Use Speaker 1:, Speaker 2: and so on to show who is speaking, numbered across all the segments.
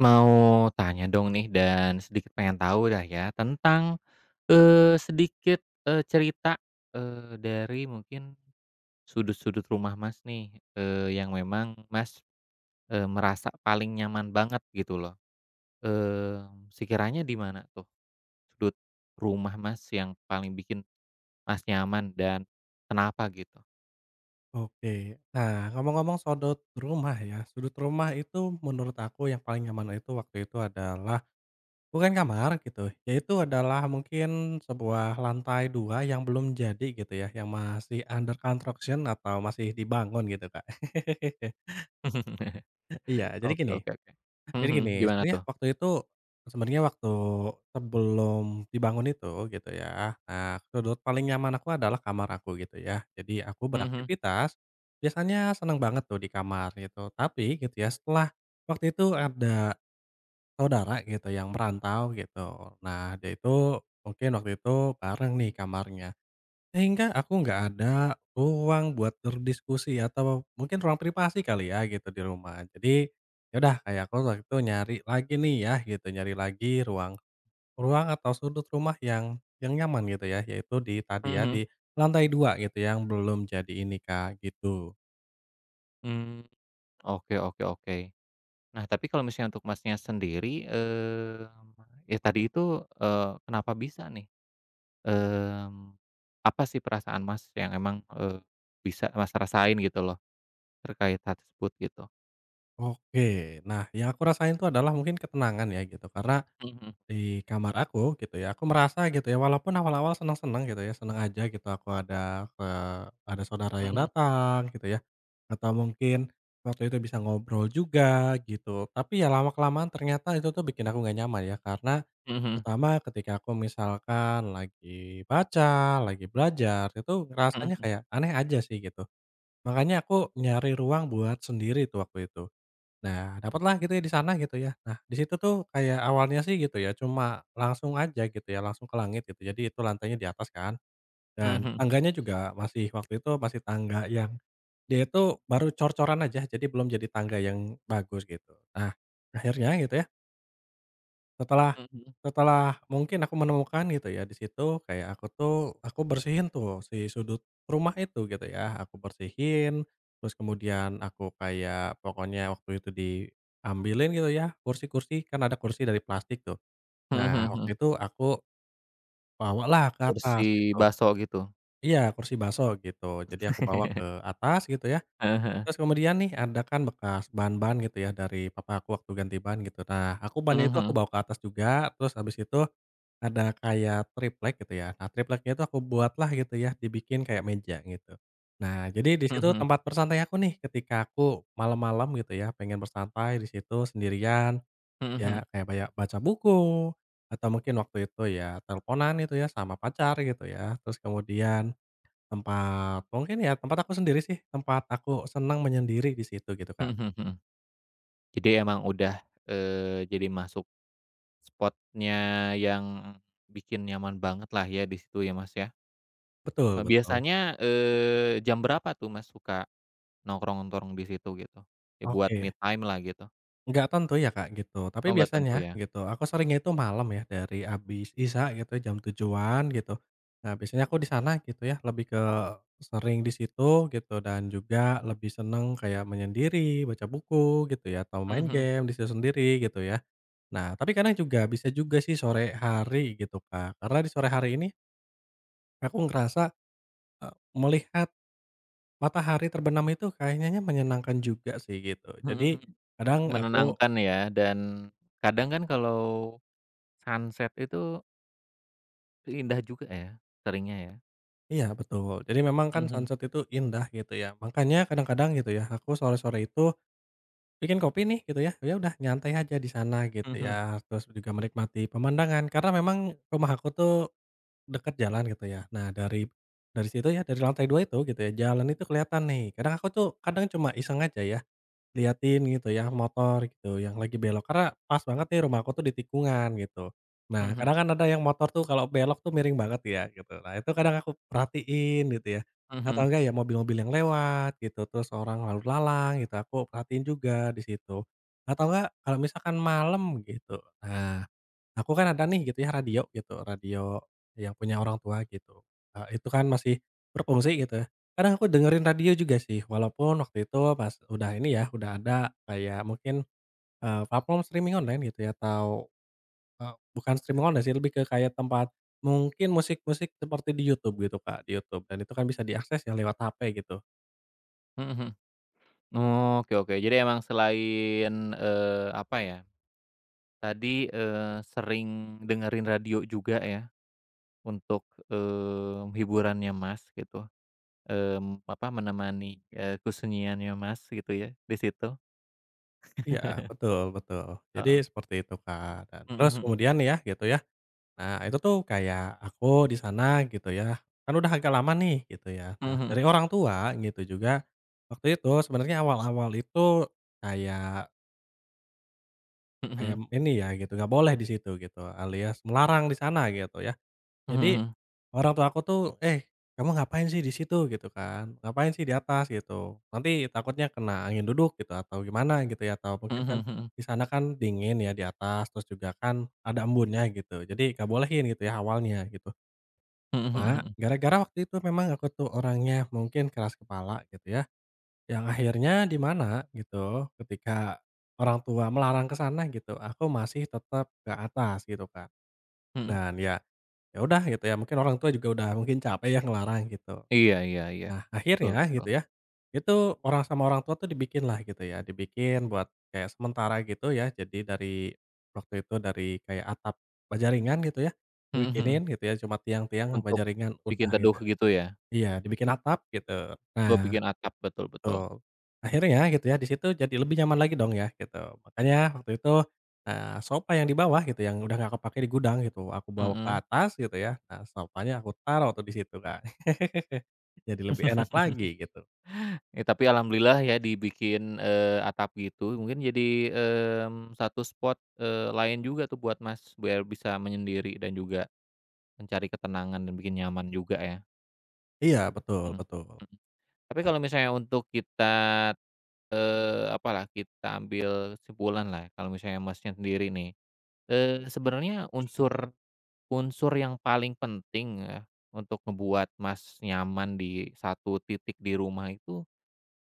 Speaker 1: Mau tanya dong nih dan sedikit pengen tahu dah ya tentang, sedikit, cerita, dari mungkin sudut-sudut rumah Mas nih, yang memang Mas, merasa paling nyaman banget gitu loh. Mmm, sekiranya di mana tuh sudut rumah Mas yang paling bikin Mas nyaman dan kenapa gitu?
Speaker 2: Oke. Nah, ngomong-ngomong sudut rumah ya, sudut rumah itu menurut aku yang paling nyaman itu waktu itu adalah bukan kamar gitu, yaitu adalah mungkin sebuah lantai 2 yang belum jadi gitu ya, yang masih under construction atau masih dibangun gitu, Kak. Iya, jadi
Speaker 1: Oke,
Speaker 2: gini,
Speaker 1: oke, oke. Mhm mhm, gimana
Speaker 2: sebenarnya
Speaker 1: tuh?
Speaker 2: waktu itu sebenarnya waktu sebelum dibangun itu gitu ya, nah sudut paling nyaman aku adalah kamar aku gitu ya. Jadi aku
Speaker 1: Mhm mhm
Speaker 2: beraktivitas, biasanya seneng banget tuh di kamar gitu. Tapi gitu ya setelah waktu itu ada saudara gitu yang merantau gitu. Nah dia itu mungkin waktu itu bareng nih kamarnya. Sehingga aku nggak ada ruang buat berdiskusi atau mungkin ruang privasi kali ya gitu di rumah. Jadi, ya udah kayak aku waktu itu nyari lagi nih ya gitu, nyari lagi ruang ruang atau sudut rumah yang nyaman gitu ya, yaitu di
Speaker 1: mhm
Speaker 2: tadi ya,
Speaker 1: mhm.
Speaker 2: di lantai 2 gitu yang belum jadi ini Kak, gitu.
Speaker 1: Mmm, oke, oke, oke. Nah, tapi kalau misalnya untuk Masnya sendiri, mmm, ya tadi itu, kenapa bisa nih? Mmm, apa sih perasaan Mas yang emang, bisa Mas rasain gitu loh, terkait hal tersebut gitu?
Speaker 2: Oke, nah yang aku rasain itu adalah mungkin ketenangan ya gitu, karena
Speaker 1: Mhm
Speaker 2: di kamar aku gitu ya, aku merasa gitu ya, walaupun awal-awal seneng-seneng gitu ya, seneng aja gitu aku ada, ada saudara yang
Speaker 1: mhm
Speaker 2: datang gitu ya, atau mungkin waktu itu bisa ngobrol juga gitu. Tapi ya lama-kelamaan ternyata itu tuh bikin aku nggak nyaman ya, karena
Speaker 1: mhm
Speaker 2: pertama ketika aku misalkan lagi baca, lagi belajar, itu rasanya
Speaker 1: mhm
Speaker 2: kayak aneh aja sih gitu. Makanya aku nyari ruang buat sendiri tuh waktu itu. Nah, dapatlah gitu ya di sana gitu ya. Nah, di situ tuh kayak awalnya sih gitu ya, cuma langsung aja gitu ya, langsung ke langit gitu. Jadi itu lantainya di atas kan,
Speaker 1: mhm
Speaker 2: dan
Speaker 1: mhm
Speaker 2: tangganya juga masih waktu itu masih tangga yang dia itu baru cor-coran aja, jadi belum jadi tangga yang bagus gitu. Nah, akhirnya gitu ya setelah
Speaker 1: mhm mhm
Speaker 2: setelah mungkin aku menemukan gitu ya di situ, kayak aku tuh aku bersihin tuh si sudut rumah itu gitu ya, aku bersihin, terus kemudian aku kayak pokoknya waktu itu diambilin gitu ya kursi-kursi, kan ada kursi dari plastik tuh.
Speaker 1: mhm
Speaker 2: Nah,
Speaker 1: mhm
Speaker 2: waktu
Speaker 1: mhm.
Speaker 2: itu aku bawalah ke atas
Speaker 1: Bersih
Speaker 2: gitu.
Speaker 1: bakso gitu?
Speaker 2: Iya, kursi baso gitu. Jadi aku bawa ke atas gitu ya,
Speaker 1: Heeh heeh.
Speaker 2: terus kemudian nih ada kan bekas ban-ban gitu ya dari papa aku waktu ganti ban gitu. Nah, aku bannya itu aku
Speaker 1: Mhm
Speaker 2: bawa ke atas juga, terus habis itu ada kayak triplek gitu ya. Nah, tripleknya itu aku buatlah gitu ya, dibikin kayak meja gitu. Nah, jadi di
Speaker 1: mhm
Speaker 2: situ
Speaker 1: mhm
Speaker 2: tempat bersantai aku nih ketika aku malam-malam gitu ya, pengen bersantai di situ sendirian,
Speaker 1: mhm
Speaker 2: ya kayak banyak baca buku, atau mungkin waktu itu ya teleponan itu ya sama pacar gitu ya. Terus kemudian tempat mungkin ya tempat aku sendiri sih, tempat aku senang menyendiri di situ gitu, Kak.
Speaker 1: mhm mhm mhm. Jadi emang udah, jadi masuk spotnya yang bikin nyaman banget lah ya di situ ya, Mas, ya?
Speaker 2: Betul betul.
Speaker 1: Biasanya, jam berapa tuh Mas suka nongkrong-nongkrong di situ gitu? Ya buat me
Speaker 2: Oke.
Speaker 1: time lah gitu.
Speaker 2: Nggak tentu ya, Kak, gitu. Tapi
Speaker 1: Oh, nggak tentu
Speaker 2: biasanya
Speaker 1: ya?
Speaker 2: gitu, aku seringnya itu malam ya, dari habis isya gitu, jam tujuan gitu. Nah, biasanya aku di sana gitu ya, lebih ke sering di situ gitu dan juga lebih seneng kayak menyendiri, baca buku gitu ya, atau
Speaker 1: Mhm
Speaker 2: main
Speaker 1: mhm.
Speaker 2: game di situ sendiri gitu ya. Nah, tapi kadang juga bisa juga sih sore hari gitu, Kak. Karena di sore hari ini aku ngerasa, melihat matahari terbenam itu kayaknya menyenangkan juga sih gitu.
Speaker 1: Mhm
Speaker 2: Jadi
Speaker 1: mhm.
Speaker 2: kadang aku
Speaker 1: Menenangkan ya, dan kadang kan kalau sunset itu indah juga ya, seringnya ya?
Speaker 2: Iya betul, jadi memang kan sunset itu indah gitu ya, makanya kadang-kadang gitu ya, aku sore-sore itu bikin kopi nih gitu ya, ya udah nyantai aja di sana gitu
Speaker 1: Mhm mhm.
Speaker 2: ya, terus juga menikmati pemandangan karena memang rumah aku tuh dekat jalan gitu ya. Nah dari situ ya, dari lantai 2 itu gitu ya, jalan itu kelihatan nih, kadang aku tuh kadang cuma iseng aja ya liatin gitu ya, motor gitu yang lagi belok, karena pas banget nih rumah aku tuh di tikungan gitu.
Speaker 1: Mhm
Speaker 2: Nah,
Speaker 1: mhm.
Speaker 2: kadang kan ada yang motor tuh kalau belok tuh miring banget ya gitu. Nah, itu kadang aku perhatiin gitu ya,
Speaker 1: Mhm
Speaker 2: atau
Speaker 1: mhm.
Speaker 2: enggak ya mobil-mobil yang lewat gitu, terus orang lalu lalang gitu, aku perhatiin juga di situ. Atau enggak kalau misalkan malam gitu, nah aku kan ada nih gitu ya radio gitu, radio yang punya orang tua gitu, itu kan masih berfungsi gitu. Kadang aku dengerin radio juga sih, walaupun waktu itu pas udah ini ya, udah ada kayak mungkin, platform streaming online gitu ya atau, bukan streaming online sih, lebih ke kayak tempat mungkin musik-musik seperti di YouTube gitu, Kak, di YouTube dan itu kan bisa diakses ya lewat HP gitu.
Speaker 1: Mhm mhm. Oke, oke. Jadi emang selain, apa ya, tadi, sering dengerin radio juga ya untuk, hiburannya Mas gitu. Mmm, apa, menemani, kesunyiannya Mas gitu ya, di situ?
Speaker 2: Iya, betul betul. Jadi
Speaker 1: Heeh.
Speaker 2: seperti itu, Kak, dan
Speaker 1: Mhm
Speaker 2: terus
Speaker 1: mhm.
Speaker 2: kemudian nih ya gitu ya nah, itu tuh kayak aku di sana gitu ya, kan udah agak lama nih gitu ya.
Speaker 1: Mhm
Speaker 2: Nah,
Speaker 1: mhm.
Speaker 2: dari orang tua gitu juga, waktu itu sebenarnya awal-awal itu kayak kayak ini ya gitu, nggak boleh di situ gitu, alias melarang di sana gitu ya.
Speaker 1: Mhm
Speaker 2: Jadi,
Speaker 1: mhm.
Speaker 2: orang tua aku tuh, "Eh, kamu ngapain sih di situ?" Gitu kan, "Ngapain sih di atas?" Gitu, "Nanti takutnya kena angin duduk gitu atau gimana gitu ya, atau
Speaker 1: Mhm mhm.
Speaker 2: mungkin kan
Speaker 1: Mhm mhm mhm.
Speaker 2: di sana kan dingin ya di atas, terus juga kan ada embunnya gitu, jadi nggak bolehin gitu ya awalnya gitu."
Speaker 1: Mhm mhm
Speaker 2: Cuma,
Speaker 1: mhm.
Speaker 2: gara-gara waktu itu memang aku tuh orangnya mungkin keras kepala gitu ya, yang akhirnya di mana gitu, ketika orang tua melarang ke sana gitu, aku masih tetap ke atas gitu, Kak.
Speaker 1: Mhm.
Speaker 2: Dan ya, ya udah gitu ya, mungkin orang tua juga udah mungkin capek ya ngelarang gitu.
Speaker 1: Iya, iya, iya.
Speaker 2: Nah,
Speaker 1: Betul
Speaker 2: akhirnya gitu
Speaker 1: betul.
Speaker 2: ya, itu orang sama orang tua tuh dibikin lah gitu ya, dibikin buat kayak sementara gitu ya. Jadi dari waktu itu dari kayak atap baja ringan gitu ya,
Speaker 1: Mhm mhm.
Speaker 2: dibikinin gitu ya, cuma tiang-tiang baja
Speaker 1: Untuk
Speaker 2: ringan, udah
Speaker 1: bikin teduh
Speaker 2: gitu.
Speaker 1: gitu ya?
Speaker 2: Iya, dibikin atap gitu.
Speaker 1: Buat
Speaker 2: Nah,
Speaker 1: bikin atap, betul betul.
Speaker 2: betul. Akhirnya gitu ya, di situ jadi lebih nyaman lagi dong ya, gitu. Makanya waktu itu, sofa yang di bawah gitu, yang udah nggak kepake di gudang gitu, aku bawa ke
Speaker 1: Mhm.
Speaker 2: atas gitu ya. Nah, sofanya aku taruh tuh di situ kan, jadi lebih enak lagi gitu.
Speaker 1: Ya tapi alhamdulillah ya dibikin, atap gitu, mungkin jadi, mmm, satu spot, lain juga tuh buat Mas, biar bisa menyendiri dan juga mencari ketenangan dan bikin nyaman juga ya?
Speaker 2: Iya, betul
Speaker 1: Mhm.
Speaker 2: betul.
Speaker 1: Mhm. Tapi kalau misalnya untuk kita, apalah, kita ambil kesimpulan lah. Kalau misalnya Masnya sendiri nih, sebenarnya unsur unsur yang paling penting ya untuk ngebuat Mas nyaman di satu titik di rumah itu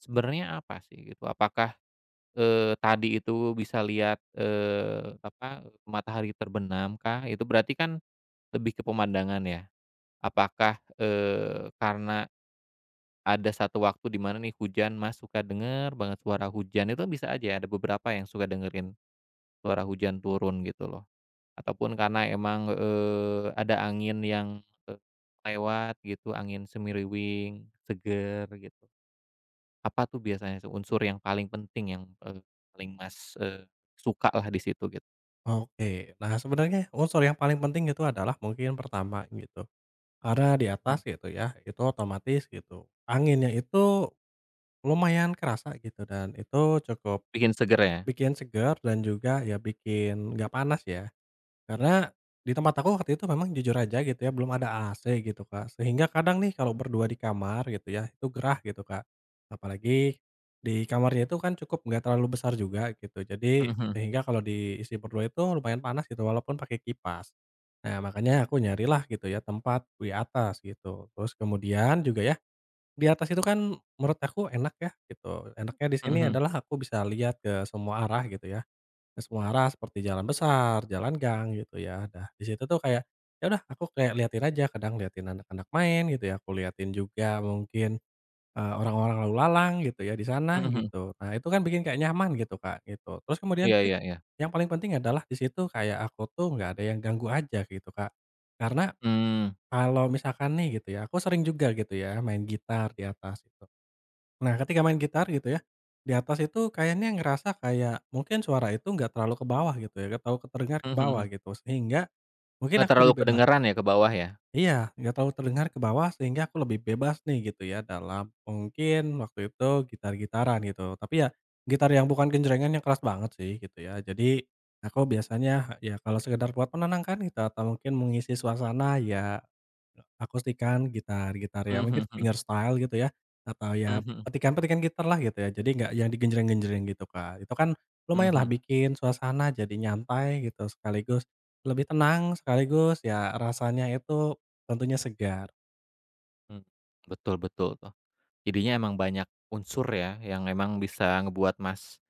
Speaker 1: sebenarnya apa sih gitu? Apakah, tadi itu bisa lihat, apa, matahari terbenamkah? Itu berarti kan lebih ke pemandangan ya? Apakah, karena ada satu waktu di mana nih hujan, Mas, suka denger banget suara hujan, itu bisa aja ya, ada beberapa yang suka dengerin suara hujan turun gitu loh, ataupun karena emang, ada angin yang, eee, lewat gitu, angin semiriwing, seger gitu. Apa tuh biasanya tuh unsur yang paling penting yang, paling Mas, sukalah di situ gitu?
Speaker 2: Oke. Nah, sebenarnya unsur yang paling penting itu adalah mungkin pertama gitu, karena di
Speaker 1: Mhm,
Speaker 2: atas gitu ya, itu otomatis gitu, anginnya itu lumayan kerasa gitu dan itu cukup
Speaker 1: bikin seger ya?
Speaker 2: bikin segar dan juga ya bikin nggak panas ya. Karena di tempat aku waktu itu memang jujur aja gitu ya belum ada AC gitu, Kak. Sehingga kadang nih kalau berdua di kamar gitu ya, itu gerah gitu, Kak. Apalagi di kamarnya itu kan cukup nggak terlalu besar juga gitu. Jadi
Speaker 1: Mhm mhm,
Speaker 2: sehingga kalau diisi berdua itu lumayan panas gitu walaupun pakai kipas. Nah, makanya aku nyarilah gitu ya tempat di atas gitu. Terus kemudian juga ya, di atas itu kan menurut aku enak ya gitu. Enaknya di
Speaker 1: mhm
Speaker 2: sini
Speaker 1: mhm,
Speaker 2: adalah aku bisa lihat ke semua arah gitu ya ke semua arah seperti jalan besar, jalan gang gitu ya. Nah, di situ tuh kayak, ya udah aku kayak liatin aja, kadang liatin anak-anak main gitu ya, aku liatin juga mungkin, orang-orang lalu lalang gitu ya di sana
Speaker 1: mhm mhm,
Speaker 2: gitu. Nah, itu kan bikin kayak nyaman gitu, Kak, gitu. Terus kemudian
Speaker 1: iya
Speaker 2: sih,
Speaker 1: iya iya,
Speaker 2: yang paling penting adalah di situ kayak aku tuh nggak ada yang ganggu aja gitu, Kak. Karena
Speaker 1: mmm,
Speaker 2: kalau misalkan nih gitu ya, aku sering juga gitu ya main gitar di atas itu. Nah, ketika main gitar gitu ya, di atas itu kayaknya ngerasa kayak mungkin suara itu nggak terlalu ke bawah gitu ya, nggak terlalu terdengar ke
Speaker 1: mhm mhm
Speaker 2: bawah
Speaker 1: mhm,
Speaker 2: gitu, sehingga mungkin
Speaker 1: nggak
Speaker 2: aku
Speaker 1: terlalu
Speaker 2: lebih bebas.
Speaker 1: kedengeran ya ke bawah ya?
Speaker 2: Iya, nggak terlalu terdengar ke bawah sehingga aku lebih bebas nih gitu ya dalam mungkin waktu itu gitar-gitaran gitu. Tapi ya gitar yang bukan genjrengan yang keras banget sih gitu ya. Jadi aku biasanya ya kalau sekedar buat menenangkan gitu atau mungkin mengisi suasana ya akustikan gitar-gitar
Speaker 1: Mhm
Speaker 2: ya mungkin
Speaker 1: mhm mhm,
Speaker 2: fingerstyle gitu ya atau
Speaker 1: mhm
Speaker 2: ya
Speaker 1: mhm,
Speaker 2: petikan-petikan gitar lah gitu ya. Jadi nggak yang digenjreng-genjreng gitu Kak. Itu kan
Speaker 1: mhm
Speaker 2: lumayan lah
Speaker 1: mhm.
Speaker 2: bikin suasana jadi nyantai gitu sekaligus lebih tenang sekaligus ya rasanya itu tentunya segar,
Speaker 1: Mmm, betul betul tuh. Jadinya emang banyak unsur ya, yang emang bisa ngebuat Mas,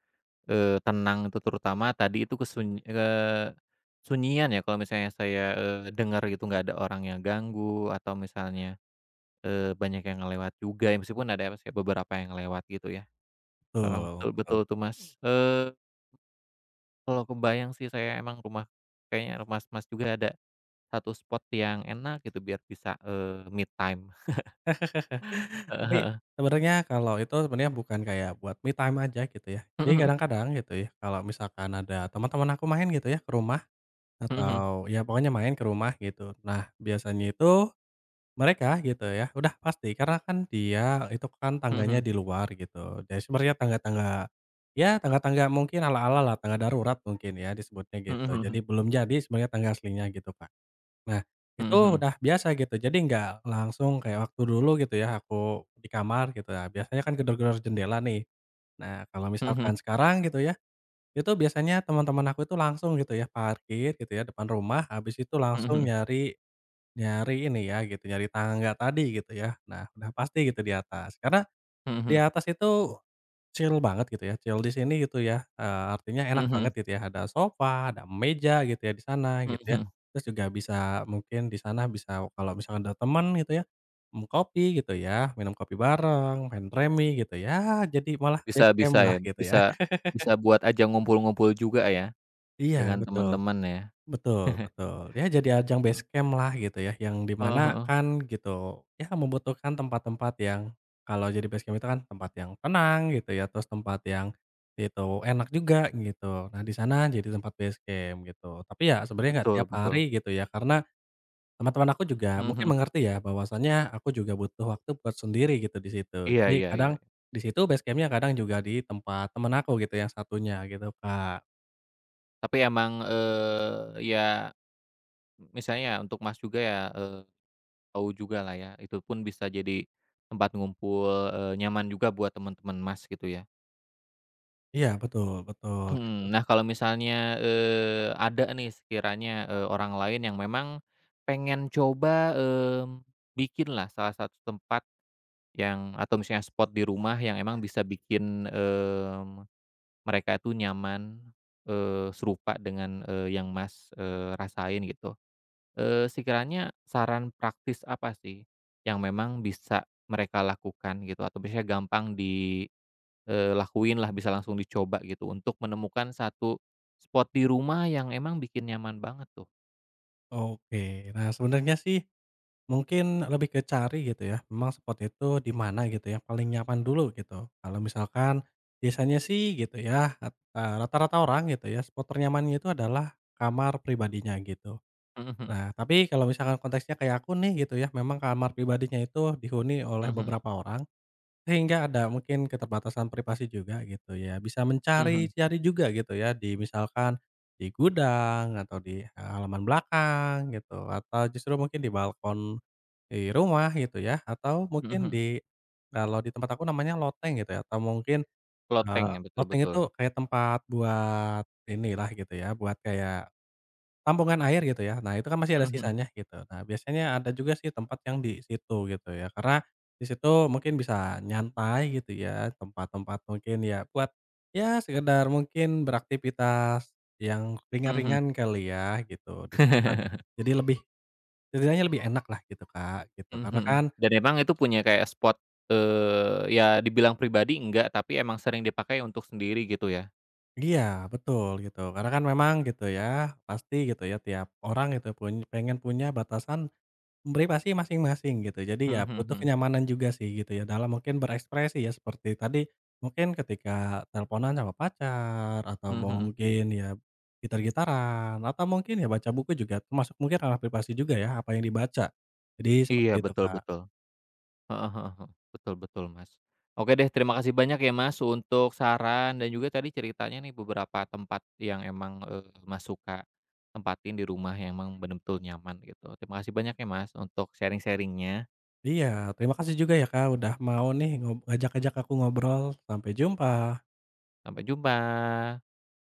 Speaker 1: tenang itu terutama tadi itu sunyian ya kalau misalnya saya, dengar gitu nggak ada orang yang ganggu atau misalnya, banyak yang ngelewat juga ya meskipun ada sih beberapa yang ngelewat gitu ya. Heeh,
Speaker 2: betul
Speaker 1: betul
Speaker 2: betul.
Speaker 1: betul tuh Mas. Kalau kebayang sih saya emang rumah kayaknya rumah Mas juga ada satu spot yang enak gitu biar bisa, me time.
Speaker 2: Mhm.
Speaker 1: Heeh
Speaker 2: Tapi
Speaker 1: heeh.
Speaker 2: sebenarnya kalau itu sebenarnya bukan kayak buat me time aja gitu ya. Jadi
Speaker 1: Mhm mhm.
Speaker 2: kadang-kadang gitu ya, kalau misalkan ada teman-teman aku main gitu ya ke rumah
Speaker 1: Mhm mhm.
Speaker 2: atau ya pokoknya main ke rumah gitu. Nah, biasanya itu mereka gitu ya udah pasti karena kan dia itu kan
Speaker 1: Mhm
Speaker 2: tangganya
Speaker 1: mhm.
Speaker 2: di luar gitu. Jadi sebenarnya tangga-tangga, ya tangga-tangga mungkin ala-ala lah, tangga darurat mungkin ya disebutnya gitu.
Speaker 1: Mhm
Speaker 2: Jadi
Speaker 1: mhm
Speaker 2: belum jadi sebenarnya tangga aslinya gitu, pak. Nah, itu
Speaker 1: mhm
Speaker 2: udah biasa gitu, jadi nggak langsung kayak waktu dulu gitu ya, aku di kamar gitu ya, biasanya kan gedor-gedor jendela nih. Nah, kalau misalkan
Speaker 1: mhm.
Speaker 2: sekarang gitu ya, itu biasanya teman-teman aku itu langsung gitu ya, parkir gitu ya depan rumah, habis itu
Speaker 1: Mhm
Speaker 2: langsung
Speaker 1: mhm.
Speaker 2: nyari nyari ini ya gitu, nyari tangga tadi gitu ya. Nah, udah pasti gitu di atas, karena
Speaker 1: Mhm
Speaker 2: di
Speaker 1: mhm.
Speaker 2: atas itu chill banget gitu ya, chill di sini gitu ya, artinya
Speaker 1: Mhm
Speaker 2: enak banget
Speaker 1: mhm.
Speaker 2: gitu ya, ada sofa, ada meja gitu ya di sana
Speaker 1: Mhm
Speaker 2: gitu ya.
Speaker 1: mhm.
Speaker 2: Terus juga bisa mungkin di sana bisa kalau misalkan ada teman gitu ya, kopi gitu ya, minum kopi bareng, main remi gitu ya, jadi malah best
Speaker 1: Bisa
Speaker 2: camp
Speaker 1: bisa
Speaker 2: lah
Speaker 1: ya,
Speaker 2: gitu ya.
Speaker 1: bisa bisa buat ajang ngumpul-ngumpul juga ya,
Speaker 2: Iya
Speaker 1: dengan
Speaker 2: betul.
Speaker 1: teman-teman ya.
Speaker 2: Betul betul, ya jadi ajang base camp lah gitu ya, yang di
Speaker 1: Heeh
Speaker 2: mana
Speaker 1: heeh.
Speaker 2: kan gitu, ya membutuhkan tempat-tempat yang kalau jadi base camp itu kan tempat yang tenang gitu ya, terus tempat yang itu enak juga gitu. Nah, di sana jadi tempat base camp gitu. Tapi ya sebenarnya nggak
Speaker 1: Betul
Speaker 2: tiap
Speaker 1: betul.
Speaker 2: hari gitu ya, karena teman-teman aku juga
Speaker 1: Mhm
Speaker 2: mungkin
Speaker 1: mhm.
Speaker 2: mengerti ya bahwasanya aku juga butuh waktu buat sendiri gitu di situ.
Speaker 1: Iya,
Speaker 2: Jadi
Speaker 1: iya, iya.
Speaker 2: kadang di situ base campnya kadang juga di tempat temen aku gitu yang satunya gitu, Kak.
Speaker 1: Tapi emang, ya misalnya ya untuk Mas juga ya, tahu juga lah ya, itu pun bisa jadi tempat ngumpul, nyaman juga buat teman-teman Mas gitu ya?
Speaker 2: Iya betul betul gitu.
Speaker 1: Mhm. Nah, kalau misalnya, ada nih sekiranya, orang lain yang memang pengen coba, bikin lah salah satu tempat yang atau misalnya spot di rumah yang emang bisa bikin, mmm, mereka itu nyaman, serupa dengan, yang Mas, rasain gitu. Sekiranya saran praktis apa sih yang memang bisa mereka lakukan gitu atau biasanya gampang di lakuin lah bisa langsung dicoba gitu untuk menemukan satu spot di rumah yang emang bikin nyaman banget tuh.
Speaker 2: Oke. Nah, sebenarnya sih mungkin lebih ke cari gitu ya, memang spot itu di mana gitu ya, paling nyaman dulu gitu. Kalau misalkan biasanya sih gitu ya, rata-rata orang gitu ya, spot ternyamannya itu adalah kamar pribadinya gitu.
Speaker 1: Mhm
Speaker 2: Nah, tapi kalau misalkan konteksnya kayak aku nih gitu ya, memang kamar pribadinya itu dihuni oleh
Speaker 1: mhm
Speaker 2: beberapa orang. Sehingga ada mungkin keterbatasan privasi juga gitu ya, bisa
Speaker 1: mhm
Speaker 2: mencari-cari juga gitu ya di misalkan di gudang atau di halaman belakang gitu, atau justru mungkin di balkon di rumah gitu ya, atau
Speaker 1: mhm
Speaker 2: mungkin
Speaker 1: mhm.
Speaker 2: di kalau di tempat aku namanya loteng gitu ya, atau mungkin, eee,
Speaker 1: Ya betul
Speaker 2: loteng
Speaker 1: betul.
Speaker 2: itu kayak tempat buat inilah gitu ya, buat kayak tampungan air gitu ya. Nah, itu kan masih ada
Speaker 1: Mhm
Speaker 2: sisanya gitu. Nah, biasanya ada juga sih tempat yang di situ gitu ya, karena di situ mungkin bisa nyantai gitu ya, tempat-tempat mungkin ya buat, ya sekedar mungkin beraktivitas yang
Speaker 1: mhm.
Speaker 2: ringan-ringan kali ya gitu di situ kan. Jadi lebih setidaknya lebih enak lah gitu, Kak, gitu. Karena kan
Speaker 1: Mhm. Dan emang itu punya kayak spot, ya dibilang pribadi enggak, tapi emang sering dipakai untuk sendiri gitu ya?
Speaker 2: iya, betul gitu. Karena kan memang gitu ya, pasti gitu ya tiap orang itu pun pengen punya batasan privasi masing-masing gitu. Jadi ya
Speaker 1: Mhm
Speaker 2: butuh
Speaker 1: mhm
Speaker 2: kenyamanan juga sih gitu ya dalam mungkin berekspresi ya seperti tadi mungkin ketika teleponan sama pacar atau
Speaker 1: mhm mhm.
Speaker 2: mungkin ya gitar-gitaran atau mungkin ya baca buku juga termasuk mungkin ranah privasi juga ya apa yang dibaca. Jadi seperti
Speaker 1: Iya
Speaker 2: itu,
Speaker 1: betul
Speaker 2: Kak.
Speaker 1: betul. Heeh heeh heeh. Betul betul, Mas. Oke deh, terima kasih banyak ya, Mas, untuk saran dan juga tadi ceritanya nih beberapa tempat yang emang, Mas suka tempatin di rumah yang emang benar-benar nyaman gitu. Terima kasih banyak ya, Mas, untuk sharing sharingnya.
Speaker 2: Iya, terima kasih juga ya, Kak, udah mau nih ngajak-ngajak aku ngobrol. Sampai jumpa.
Speaker 1: Sampai jumpa.